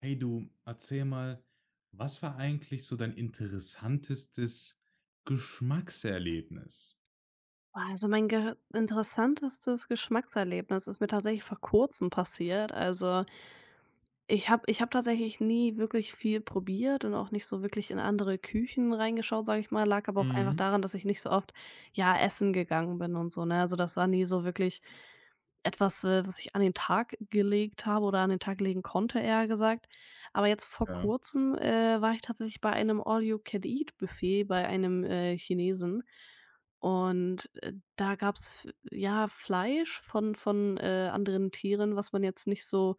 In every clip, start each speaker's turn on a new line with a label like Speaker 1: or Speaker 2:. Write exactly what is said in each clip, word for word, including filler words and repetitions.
Speaker 1: Hey du, erzähl mal, was war eigentlich so dein interessantestes Geschmackserlebnis?
Speaker 2: Also, mein ge interessantestes Geschmackserlebnis ist mir tatsächlich vor Kurzem passiert. Also, ich habe ich habe tatsächlich nie wirklich viel probiert und auch nicht so wirklich in andere Küchen reingeschaut, sage ich mal. Lag aber auch einfach
Speaker 1: Mhm.
Speaker 2: daran, dass ich nicht so oft, ja, essen gegangen bin und so, ne? Also, das war nie so wirklich etwas, äh, was ich an den Tag gelegt habe oder an den Tag legen konnte, eher gesagt. Aber jetzt vor
Speaker 1: Ja.
Speaker 2: Kurzem, äh, war ich tatsächlich bei einem All-You-Can-Eat-Buffet bei einem, äh, Chinesen. Und, äh, da gab's, ja, Fleisch von von, äh, anderen Tieren, was man jetzt nicht so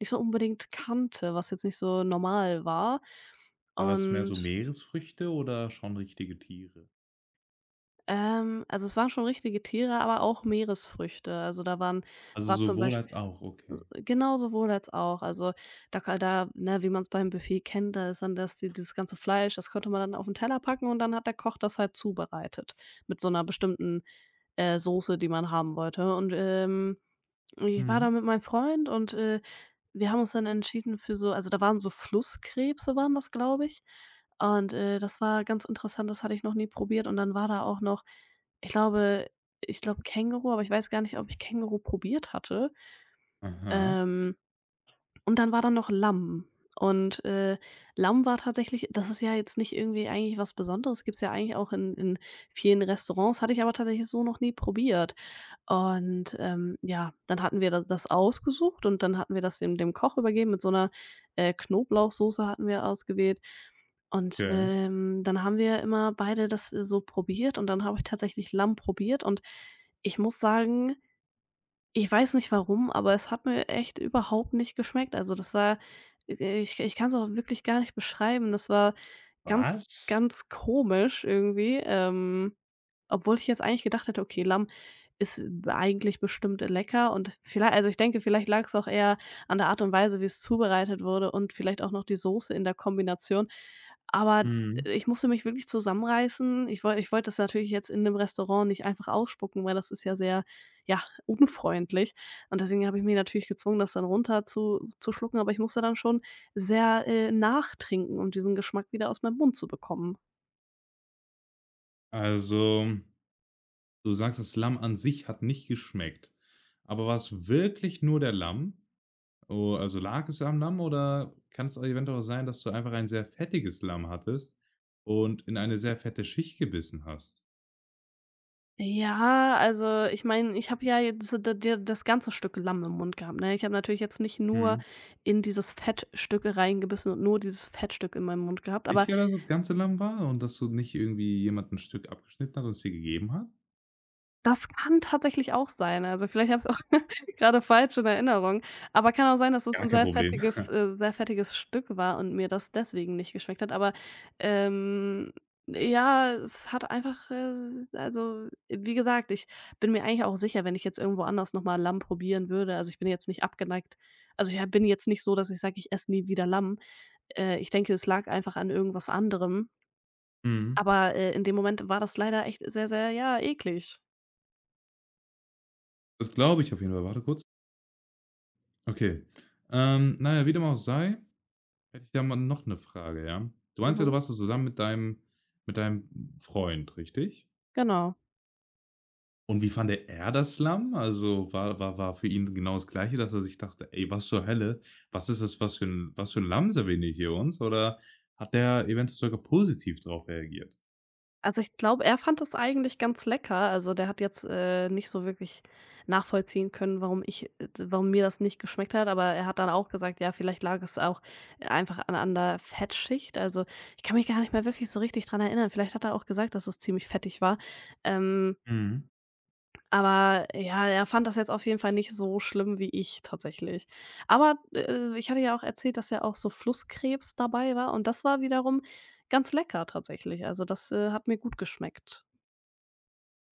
Speaker 2: nicht so unbedingt kannte, was jetzt nicht so normal war.
Speaker 1: War das mehr so
Speaker 2: Und,
Speaker 1: Meeresfrüchte oder schon richtige Tiere?
Speaker 2: ähm, also es waren schon richtige Tiere, aber auch Meeresfrüchte. Also da waren da
Speaker 1: Also
Speaker 2: war zum
Speaker 1: sowohl
Speaker 2: Beispiel
Speaker 1: als auch,
Speaker 2: s
Speaker 1: okay.
Speaker 2: genau, sowohl als auch. Also da ka da, ne, wie man es beim Buffet kennt, da ist dann das die dieses ganze Fleisch, das konnte man dann auf auf'n Teller packen und dann hat der Koch das halt zubereitet mit so einer bestimmten, äh, Soße, die man haben wollte. Und, ähm ich war
Speaker 1: Mhm.
Speaker 2: da mit meinem Freund und, äh, wir haben uns dann entschieden für so also, da waren so Flusskrebse waren das, glaube ich. Und, äh, das war ganz interessant, das hatte ich noch nie probiert und dann war da auch noch ich glaube ich glaube Känguru, aber ich weiß gar nicht, ob ich Känguru probiert hatte.
Speaker 1: Aha,
Speaker 2: Ähm, und dann war da noch Lamm. Und, äh, Lamm war tatsächlich das ist ja jetzt nicht irgendwie eigentlich was Besonderes, gibt's ja eigentlich auch in in vielen Restaurants, hatte ich aber tatsächlich so noch nie probiert. Und, ähm, ja, dann hatten wir da das ausgesucht und dann hatten wir das dem dem Koch übergeben. Mit so einer äh, Knoblauchsoße hatten wir ausgewählt. Und,
Speaker 1: okay.
Speaker 2: ähm, dann haben wir immer beide das äh, so probiert und dann habe ich tatsächlich Lamm probiert und ich muss sagen, ich weiß nicht warum, aber es hat mir echt überhaupt nicht geschmeckt. Also, das war äh, ich kann es auch wirklich gar nicht beschreiben. Das war ganz,
Speaker 1: Was?
Speaker 2: ganz komisch irgendwie, ähm, obwohl ich jetzt eigentlich gedacht hätte: „Okay, Lamm ist eigentlich bestimmt lecker“ und vielleicht, also, ich denke, vielleicht lag es auch eher an der Art und Weise, wie es zubereitet wurde und vielleicht auch noch die Soße in der Kombination. Aber
Speaker 1: Mhm.
Speaker 2: ich musste mich wirklich zusammenreißen. Ich wollte, ich wollte das natürlich jetzt in 'nem Restaurant nicht einfach ausspucken, weil das ist ja sehr, ja, unfreundlich. Und deswegen habe ich mich natürlich gezwungen, das dann runter zu zu schlucken, aber ich musste dann schon sehr, äh, nachtrinken, um diesen Geschmack wieder aus meinem Mund zu bekommen.
Speaker 1: Also, du sagst, das Lamm an sich hat nicht geschmeckt. Aber war es wirklich nur der Lamm? Oh, also lag es am Lamm oder kann's eventuell auch sein, dass du einfach ein sehr fettiges Lamm hattest und in eine sehr fette Schicht gebissen hast?
Speaker 2: Ja, also ich meine, ich habe ja jetzt d d das ganze Stück Lamm im Mund gehabt, ne? Ich habe natürlich jetzt nicht nur
Speaker 1: Mhm.
Speaker 2: in dieses Fettstück reingebissen und nur dieses Fettstück in meinem Mund gehabt, aber
Speaker 1: Sicher, dass es ganze Lamm war und dass du nicht irgendwie jemand 'n Stück abgeschnitten hat und es dir gegeben hat?
Speaker 2: das kann tatsächlich auch sein. Also, vielleicht habe ich es auch gerade falsch in Erinnerung. Aber kann auch sein, dass es
Speaker 1: Gar
Speaker 2: ein
Speaker 1: kein
Speaker 2: sehr
Speaker 1: Problem.
Speaker 2: fettiges äh, sehr fettiges Stück war und mir das deswegen nicht geschmeckt hat. Aber, ähm, ja, es hat einfach, äh also, wie gesagt, ich bin mir eigentlich auch sicher, wenn ich jetzt irgendwo anders noch mal Lamm probieren würde, also, ich bin jetzt nicht abgeneigt, also, ich bin jetzt nicht so, dass ich sage, ich esse nie wieder Lamm. Äh, ich denke, es lag einfach an irgendwas anderem.
Speaker 1: Mhm.
Speaker 2: Aber, äh, in dem Moment war das leider echt sehr, sehr, ja, eklig.
Speaker 1: Das glaube ich auf jeden Fall. Warte kurz. Okay. Ähm, na ja, wie dem auch sei, hätte ich da mal noch eine Frage, ja? Du meinst ja, du
Speaker 2: Mhm.
Speaker 1: warst da zusammen mit deinem mit deinem Freund, richtig?
Speaker 2: Genau.
Speaker 1: Und wie fand er das Slum? Also, war war war für ihn genau das Gleiche, dass er sich dachte: „Ey, was zur Hölle? Was ist das was für ein was für ein Lamm servieren die hier uns?“ Oder hat der eventuell sogar positiv darauf reagiert?
Speaker 2: Also, ich glaube, er fand das eigentlich ganz lecker. Also, der hat jetzt, äh, nicht so wirklich nachvollziehen können, warum ich äh, warum mir das nicht geschmeckt hat, aber er hat dann auch gesagt: „Ja, vielleicht lag es auch einfach an an der Fettschicht.“ Also, ich kann mich gar nicht mehr wirklich so richtig dran erinnern. Vielleicht hat er auch gesagt, dass es ziemlich fettig war. Ähm
Speaker 1: Mhm.
Speaker 2: Aber ja, er fand das jetzt auf jeden Fall nicht so schlimm wie ich tatsächlich. Aber, äh, ich hatte ja auch erzählt, dass ja auch so Flusskrebs dabei war und das war wiederum ganz lecker tatsächlich. Also, das, äh, hat mir gut geschmeckt.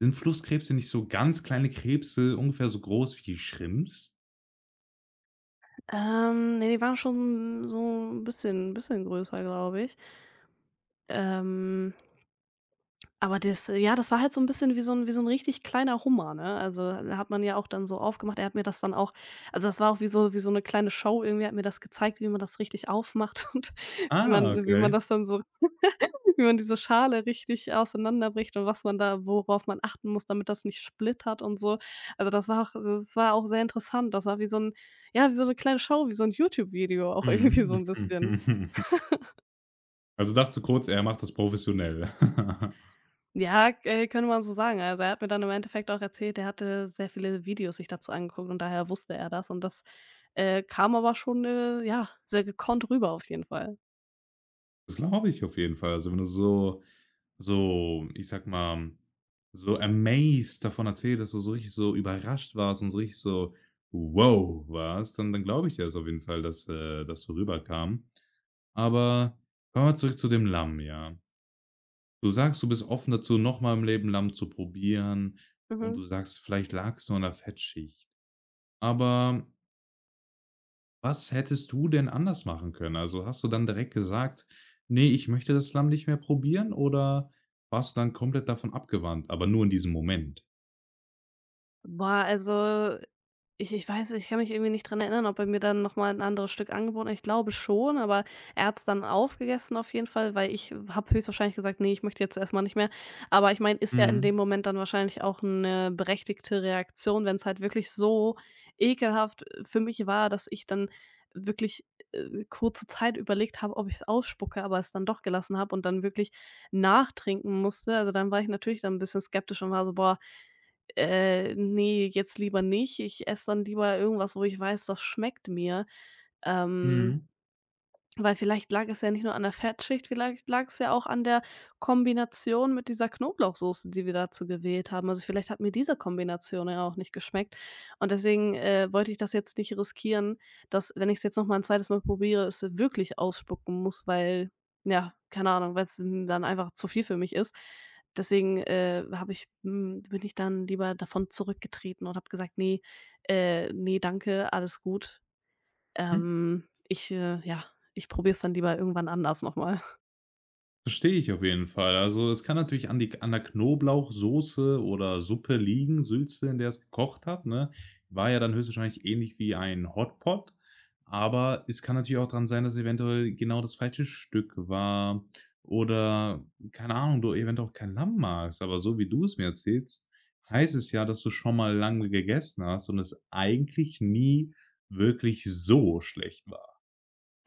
Speaker 1: Sind Flusskrebse nicht so ganz kleine Krebse, ungefähr so groß wie Schrimps?
Speaker 2: Ähm, ne, die waren schon so ein bisschen bisschen größer, glaube ich. Ähm Aber das, äh, ja, das war halt so 'n bisschen wie so 'n wie so 'n richtig kleiner Hummer, ne? Also, äh, hat man ja auch dann so aufgemacht. Er hat mir das dann auch, also, das war auch wie so wie so 'ne kleine Show irgendwie. Hat mir das gezeigt, wie man das richtig aufmacht und wie man
Speaker 1: Ah,
Speaker 2: wie man
Speaker 1: okay.
Speaker 2: das dann so wie man diese Schale richtig auseinanderbricht und was man da worauf man achten muss, damit das nicht splittert und so. Also, das war auch, das war auch sehr interessant. Das war wie so 'n, ja, wie so 'ne kleine Show, wie so 'n YouTube-Video auch irgendwie so
Speaker 1: Mhm.
Speaker 2: 'n bisschen.
Speaker 1: Also, dachte so kurz, er macht das professionell.
Speaker 2: Ja, äh, könnte man so sagen. Also, er hat mir dann im Endeffekt auch erzählt, er hatte sehr viele Videos sich dazu angeguckt und daher wusste er das und das, äh, kam aber schon, äh, ja, sehr gekonnt rüber auf jeden Fall.
Speaker 1: Das glaube ich auf jeden Fall. Also, wenn du so so, ich sag mal, so amazed davon erzählt, dass du so richtig so überrascht warst und so richtig so wow warst, dann dann glaube ich dir das auf jeden Fall, dass, äh das so rüberkam. Aber kommen wir zurück zu dem Lamm, ja. Du sagst, du bist offen dazu, noch mal im Leben Lamm zu probieren und du
Speaker 2: Mhm.
Speaker 1: sagst, vielleicht lag's nur an der Fettschicht. Aber was hättest du denn anders machen können? Also, hast du dann direkt gesagt: „Nee, ich möchte das Lamm nicht mehr probieren“, oder warst du dann komplett davon abgewandt, aber nur in diesem Moment?
Speaker 2: Boah, also ich ich weiß ich kann mich irgendwie nicht dran erinnern, ob er mir dann noch mal 'n anderes Stück angeboten hat. Ich glaube schon, aber er hat's dann aufgegessen auf jeden Fall, weil ich habe höchstwahrscheinlich gesagt: „Nee, ich möchte jetzt erstmal nicht mehr.“ Aber ich meine, ist ja in dem
Speaker 1: Mhm,
Speaker 2: Moment dann wahrscheinlich auch eine berechtigte Reaktion, wenn es halt wirklich so ekelhaft, äh, für mich war, dass ich dann wirklich, äh, kurze Zeit überlegt habe, ob ich es ausspucke, aber es dann doch gelassen habe und dann wirklich nachtrinken musste. Also, dann war ich natürlich dann ein bisschen skeptisch und war so: „Boah“, äh, ne, jetzt lieber nicht. Ich esse dann lieber irgendwas, wo ich weiß, das schmeckt mir. Ähm
Speaker 1: mhm.
Speaker 2: weil vielleicht lag es ja nicht nur an der Fettschicht, vielleicht lag es ja auch an der Kombination mit dieser Knoblauchsoße, die wir dazu gewählt haben. Also, vielleicht hat mir diese Kombination ja auch nicht geschmeckt und deswegen, äh, wollte ich das jetzt nicht riskieren, dass, wenn ich es jetzt noch mal 'n zweites. Mal probiere, es wirklich ausspucken muss, weil, ja, keine Ahnung, weil es dann einfach zu viel für mich ist. Deswegen, äh, habe ich hm, bin ich dann lieber davon zurückgetreten und habe gesagt: „Nee, äh, ne, danke, alles gut.“
Speaker 1: Hm?
Speaker 2: ähm, ich, äh ja, ich probiere es dann lieber irgendwann anders noch mal.
Speaker 1: Verstehe ich auf jeden Fall. Also, es kann natürlich an die an der Knoblauchsoße oder Suppe liegen, Sülze, in der es gekocht hat, ne? War ja dann höchstwahrscheinlich ähnlich wie ein Hotpot, aber es kann natürlich auch dran sein, dass eventuell genau das falsche Stück war oder, keine Ahnung, du eventuell auch kein Lamm magst, aber so wie du es mir erzählst, heißt es ja, dass du schon mal lange gegessen hast und es eigentlich nie wirklich so schlecht war.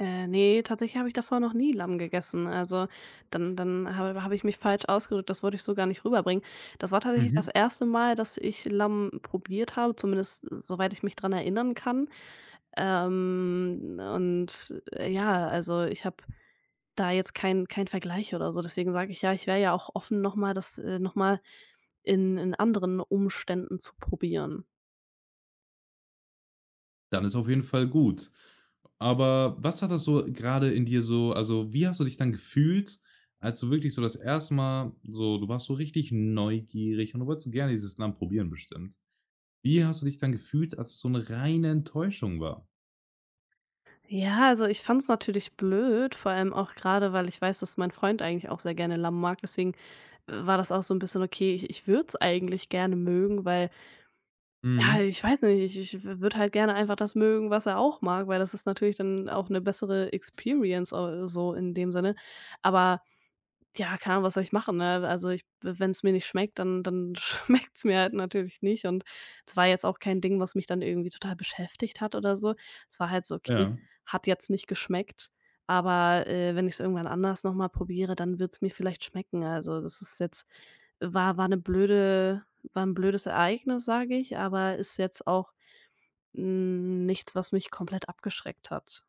Speaker 2: Äh, ne, tatsächlich habe ich davor noch nie Lamm gegessen. Also, dann dann habe habe ich mich falsch ausgedrückt, das wollte ich so gar nicht rüberbringen. Das war tatsächlich
Speaker 1: Mhm.
Speaker 2: das erste Mal, dass ich Lamm probiert habe, zumindest äh, soweit ich mich dran erinnern kann. Ähm, und, äh, ja, also, ich habe da jetzt keinen keinen Vergleich oder so. Deswegen sage ich ja, ich wäre ja auch offen, noch mal das, äh noch mal in in anderen Umständen zu probieren.
Speaker 1: Dann ist auf jeden Fall gut. Aber was hat das so gerade in dir so also, wie hast du dich dann gefühlt, als du wirklich so das erste. Mal so du warst so richtig neugierig und du wolltest so gerne dieses Land probieren bestimmt. Wie hast du dich dann gefühlt, als es so eine reine Enttäuschung war?
Speaker 2: Ja, also ich fand's natürlich blöd, vor allem auch gerade, weil ich weiß, dass mein Freund eigentlich auch sehr gerne Lamm mag. Deswegen, äh, war das auch so ein bisschen okay. Ich ich würde es eigentlich gerne mögen, weil, ja,
Speaker 1: Mhm,
Speaker 2: ich weiß nicht, ich ich würde halt gerne einfach das mögen, was er auch mag, weil das ist natürlich dann auch eine bessere Experience, äh, so in dem Sinne. Aber ja, keine Ahnung, was soll ich machen, ne? Also, ich w wenn's mir nicht schmeckt, dann dann schmeckt es mir halt natürlich nicht und es war jetzt auch kein Ding, was mich dann irgendwie total beschäftigt hat oder so. Es war halt so: „Okay,
Speaker 1: ja.
Speaker 2: hat jetzt nicht geschmeckt, aber, äh, wenn ich es irgendwann anders noch mal probiere, dann wird es mir vielleicht schmecken.“ Also, das ist jetzt, war war 'ne blöde war ein blödes Ereignis, sage ich, aber ist jetzt auch, hm, nichts, was mich komplett abgeschreckt hat.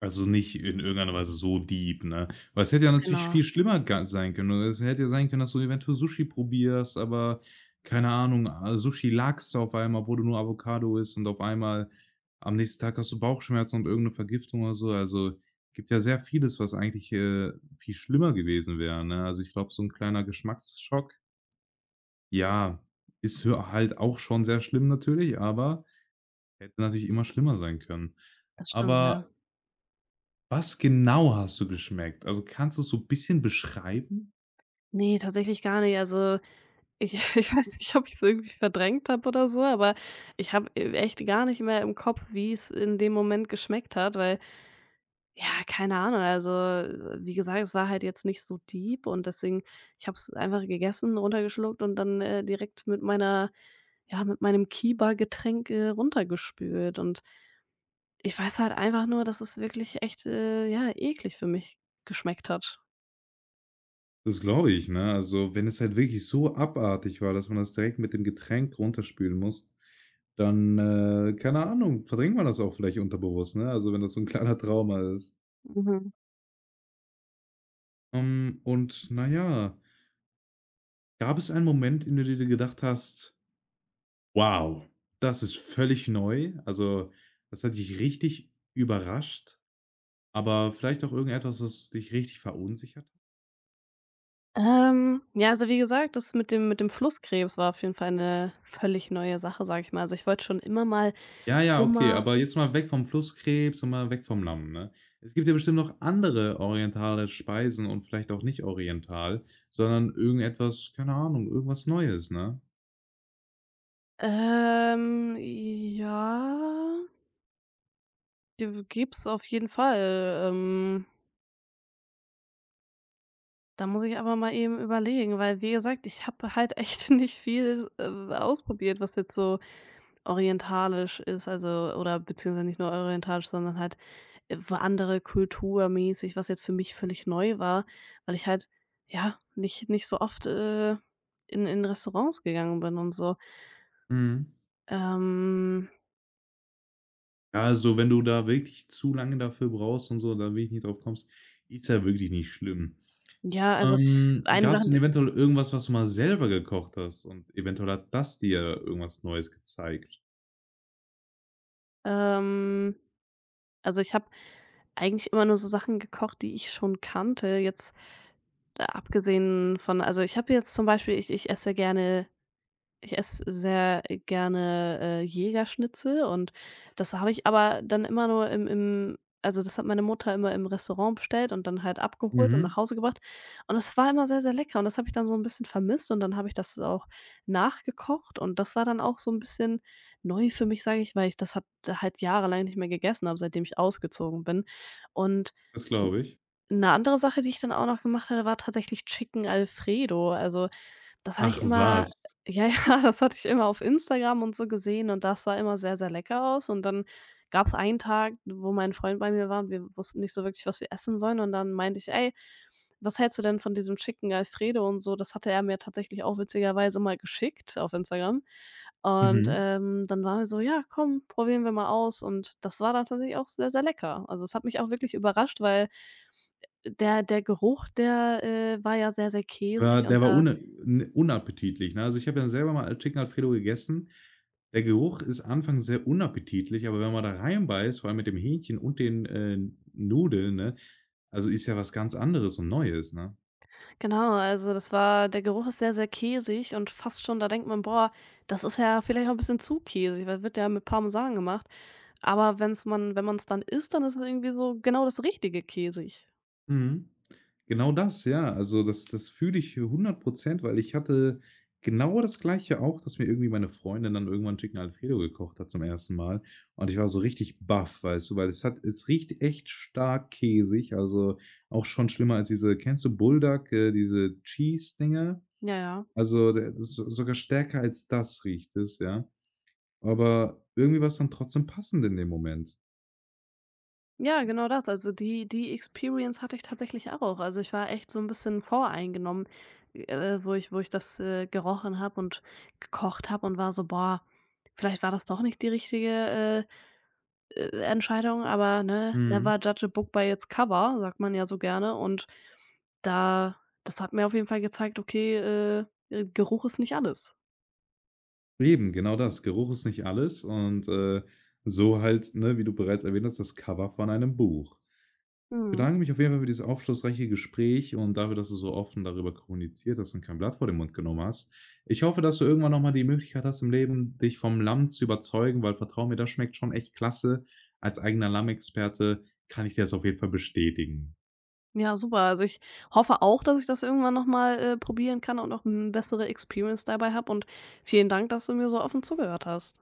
Speaker 1: Also nicht in irgendeiner Weise so deep, ne? Weil es hätte ja natürlich
Speaker 2: Genau,
Speaker 1: viel schlimmer ga sein können. Oder es hätte ja sein können, dass du eventuell Sushi probierst, aber keine Ahnung, äh, Sushi-Lachs auf einmal, wo du nur Avocado isst und auf einmal am nächsten Tag hast du Bauchschmerzen und irgendeine Vergiftung oder so. Also, gibt ja sehr vieles, was eigentlich, äh, viel schlimmer gewesen wäre, ne? Also, ich glaube, so ein kleiner Geschmacksschock, ja, ist hö halt auch schon sehr schlimm natürlich, aber hätte natürlich immer schlimmer sein können.
Speaker 2: das stimmt,
Speaker 1: Aber
Speaker 2: ja.
Speaker 1: was genau hast du geschmeckt? Also, kannst du's so ein bisschen beschreiben?
Speaker 2: Ne, tatsächlich gar nicht. Also, ich ich weiß nicht, ob ich es irgendwie verdrängt habe oder so, aber ich habe e echt gar nicht mehr im Kopf, wie es in dem Moment geschmeckt hat, weil, ja, keine Ahnung. Also, äh, wie gesagt, es war halt jetzt nicht so deep und deswegen ich habe es einfach gegessen, runtergeschluckt und dann, äh, direkt mit meiner ja, mit meinem Kiba-Getränk, äh, runtergespült und ich weiß halt einfach nur, dass es wirklich echt, äh, ja, eklig für mich geschmeckt hat.
Speaker 1: Das glaube ich, ne? Also, wenn es halt wirklich so abartig war, dass man das direkt mit dem Getränk runterspülen muss, dann, äh, keine Ahnung, verdrängt man das auch vielleicht unterbewusst, ne? Also, wenn das so ein kleiner Trauma ist.
Speaker 2: Mhm.
Speaker 1: Ähm, und naja, gab es einen Moment, in dem du dir gedacht hast: „Wow, das ist völlig neu.“ Also, das hat dich richtig überrascht, aber vielleicht auch irgendetwas, das dich richtig verunsichert hat?
Speaker 2: Ähm, ja, also wie gesagt, das mit dem mit dem Flusskrebs war auf jeden Fall eine völlig neue Sache, sage ich mal. Also, ich wollte schon immer mal
Speaker 1: Ja, ja, okay,
Speaker 2: Hummer,
Speaker 1: aber jetzt mal weg vom Flusskrebs und mal weg vom Lamm, ne? Es gibt ja bestimmt noch andere orientale Speisen und vielleicht auch nicht oriental, sondern irgendetwas, keine Ahnung, irgendwas Neues, ne?
Speaker 2: ähm, ja, g gibt's auf jeden Fall. Ähm, da muss ich aber mal eben überlegen, weil wie gesagt, ich habe halt echt nicht viel, äh, ausprobiert, was jetzt so orientalisch ist, also oder beziehungsweise nicht nur orientalisch, sondern halt, äh, war andere Kulturmäßig, was jetzt für mich völlig neu war, weil ich halt, ja, nicht nicht so oft, äh, in in Restaurants gegangen bin und so.
Speaker 1: Mhm.
Speaker 2: Ähm,
Speaker 1: Ja, also, wenn du da wirklich zu lange dafür brauchst und so, da wirklich nicht drauf kommst, ist ja wirklich nicht schlimm.
Speaker 2: ja, also
Speaker 1: Ähm,
Speaker 2: eine
Speaker 1: gab es
Speaker 2: Sache,
Speaker 1: denn
Speaker 2: d
Speaker 1: eventuell irgendwas, was du mal selber gekocht hast und eventuell hat das dir irgendwas Neues gezeigt?
Speaker 2: ähm also ich habe eigentlich immer nur so Sachen gekocht, die ich schon kannte, jetzt, äh, abgesehen von, also ich habe jetzt zum Beispiel, ich ich esse gerne, ich esse sehr gerne, äh, Jägerschnitzel und das habe ich aber dann immer nur im im also, das hat meine Mutter immer im Restaurant bestellt und dann halt abgeholt und
Speaker 1: Mhm,
Speaker 2: nach Hause gebracht und das war immer sehr, sehr lecker und das habe ich dann so ein bisschen vermisst und dann habe ich das auch nachgekocht und das war dann auch so ein bisschen neu für mich, sage ich, weil ich das hat, äh, halt jahrelang nicht mehr gegessen habe, seitdem ich ausgezogen bin. Und
Speaker 1: das glaube ich.
Speaker 2: eine andere Sache, die ich dann auch noch gemacht hatte, war tatsächlich Chicken Alfredo. Also, das hatte ich
Speaker 1: Ach
Speaker 2: immer
Speaker 1: was?
Speaker 2: ja, ja, das hatte ich immer auf Instagram und so gesehen und das sah immer sehr, sehr lecker aus. Und dann gab es einen Tag, wo mein Freund bei mir war und wir wussten nicht so wirklich, was wir essen sollen. Und dann meinte ich: „Ey, was hältst du denn von diesem Chicken Alfredo und so?“ Das hatte er mir tatsächlich auch witzigerweise mal geschickt auf Instagram. Und,
Speaker 1: Mhm.
Speaker 2: ähm, dann waren wir so: „Ja, komm, probieren wir mal aus.“ Und das war dann tatsächlich auch sehr, sehr lecker. Also, es hat mich auch wirklich überrascht, weil der der Geruch, der, äh, war ja sehr, sehr
Speaker 1: Ja,
Speaker 2: käsig
Speaker 1: der
Speaker 2: und
Speaker 1: war
Speaker 2: da
Speaker 1: une n unappetitlich, ne? Also, ich habe ja selber mal Chicken Alfredo gegessen. Der Geruch ist anfangs sehr unappetitlich, aber wenn man da reinbeißt, vor allem mit dem Hähnchen und den, äh, Nudeln, ne, also, ist ja was ganz anderes und Neues, ne?
Speaker 2: genau, also das war, der Geruch ist sehr, sehr käsig und fast schon da denkt man: „Boah, das ist ja vielleicht auch ein bisschen zu käsig“, weil wird ja mit Parmesan gemacht. Aber wenn's man wenn man es dann isst, dann ist es irgendwie so genau das Richtige käsig.
Speaker 1: Mhm. Genau das, ja. Also, das das fühle ich hundert Prozent, weil ich hatte genau das Gleiche auch, dass mir irgendwie meine Freundin dann irgendwann Chicken Alfredo gekocht hat zum ersten Mal und ich war so richtig baff, weißt du, weil es hat es riecht echt stark käsig, also, auch schon schlimmer als diese kennst du Bulldog, äh, diese Cheese-Dinger?
Speaker 2: Ja, ja.
Speaker 1: Also, d so sogar stärker als das riecht es, ja. Aber irgendwie war es dann trotzdem passend in dem Moment.
Speaker 2: Ja, genau das. Also die die Experience hatte ich tatsächlich auch. Also, ich war echt so ein bisschen voreingenommen, äh, wo ich wo ich das, äh, gerochen habe und gekocht habe und war so: „Boah, vielleicht war das doch nicht die richtige, äh äh, Entscheidung“, aber, ne,
Speaker 1: Mhm.
Speaker 2: never judge a book by its cover, sagt man ja so gerne. Und da das hat mir auf jeden Fall gezeigt, okay, äh, äh, Geruch ist nicht alles.
Speaker 1: Eben, genau das. Geruch ist nicht alles und, äh, so halt, ne, wie du bereits erwähnt hast, das Cover von einem Buch. Ich
Speaker 2: Mhm.
Speaker 1: bedanke mich auf jeden Fall für dieses aufschlussreiche Gespräch und dafür, dass du so offen darüber kommuniziert hast und kein Blatt vor den Mund genommen hast. Ich hoffe, dass du irgendwann noch mal die Möglichkeit hast im Leben, dich vom Lamm zu überzeugen, weil vertrau mir, das schmeckt schon echt klasse. Als eigener Lammexperte kann ich dir das auf jeden Fall bestätigen.
Speaker 2: Ja, super. Also, ich hoffe auch, dass ich das irgendwann noch mal, äh, probieren kann und auch 'n bessere Experience dabei habe und vielen Dank, dass du mir so offen zugehört hast.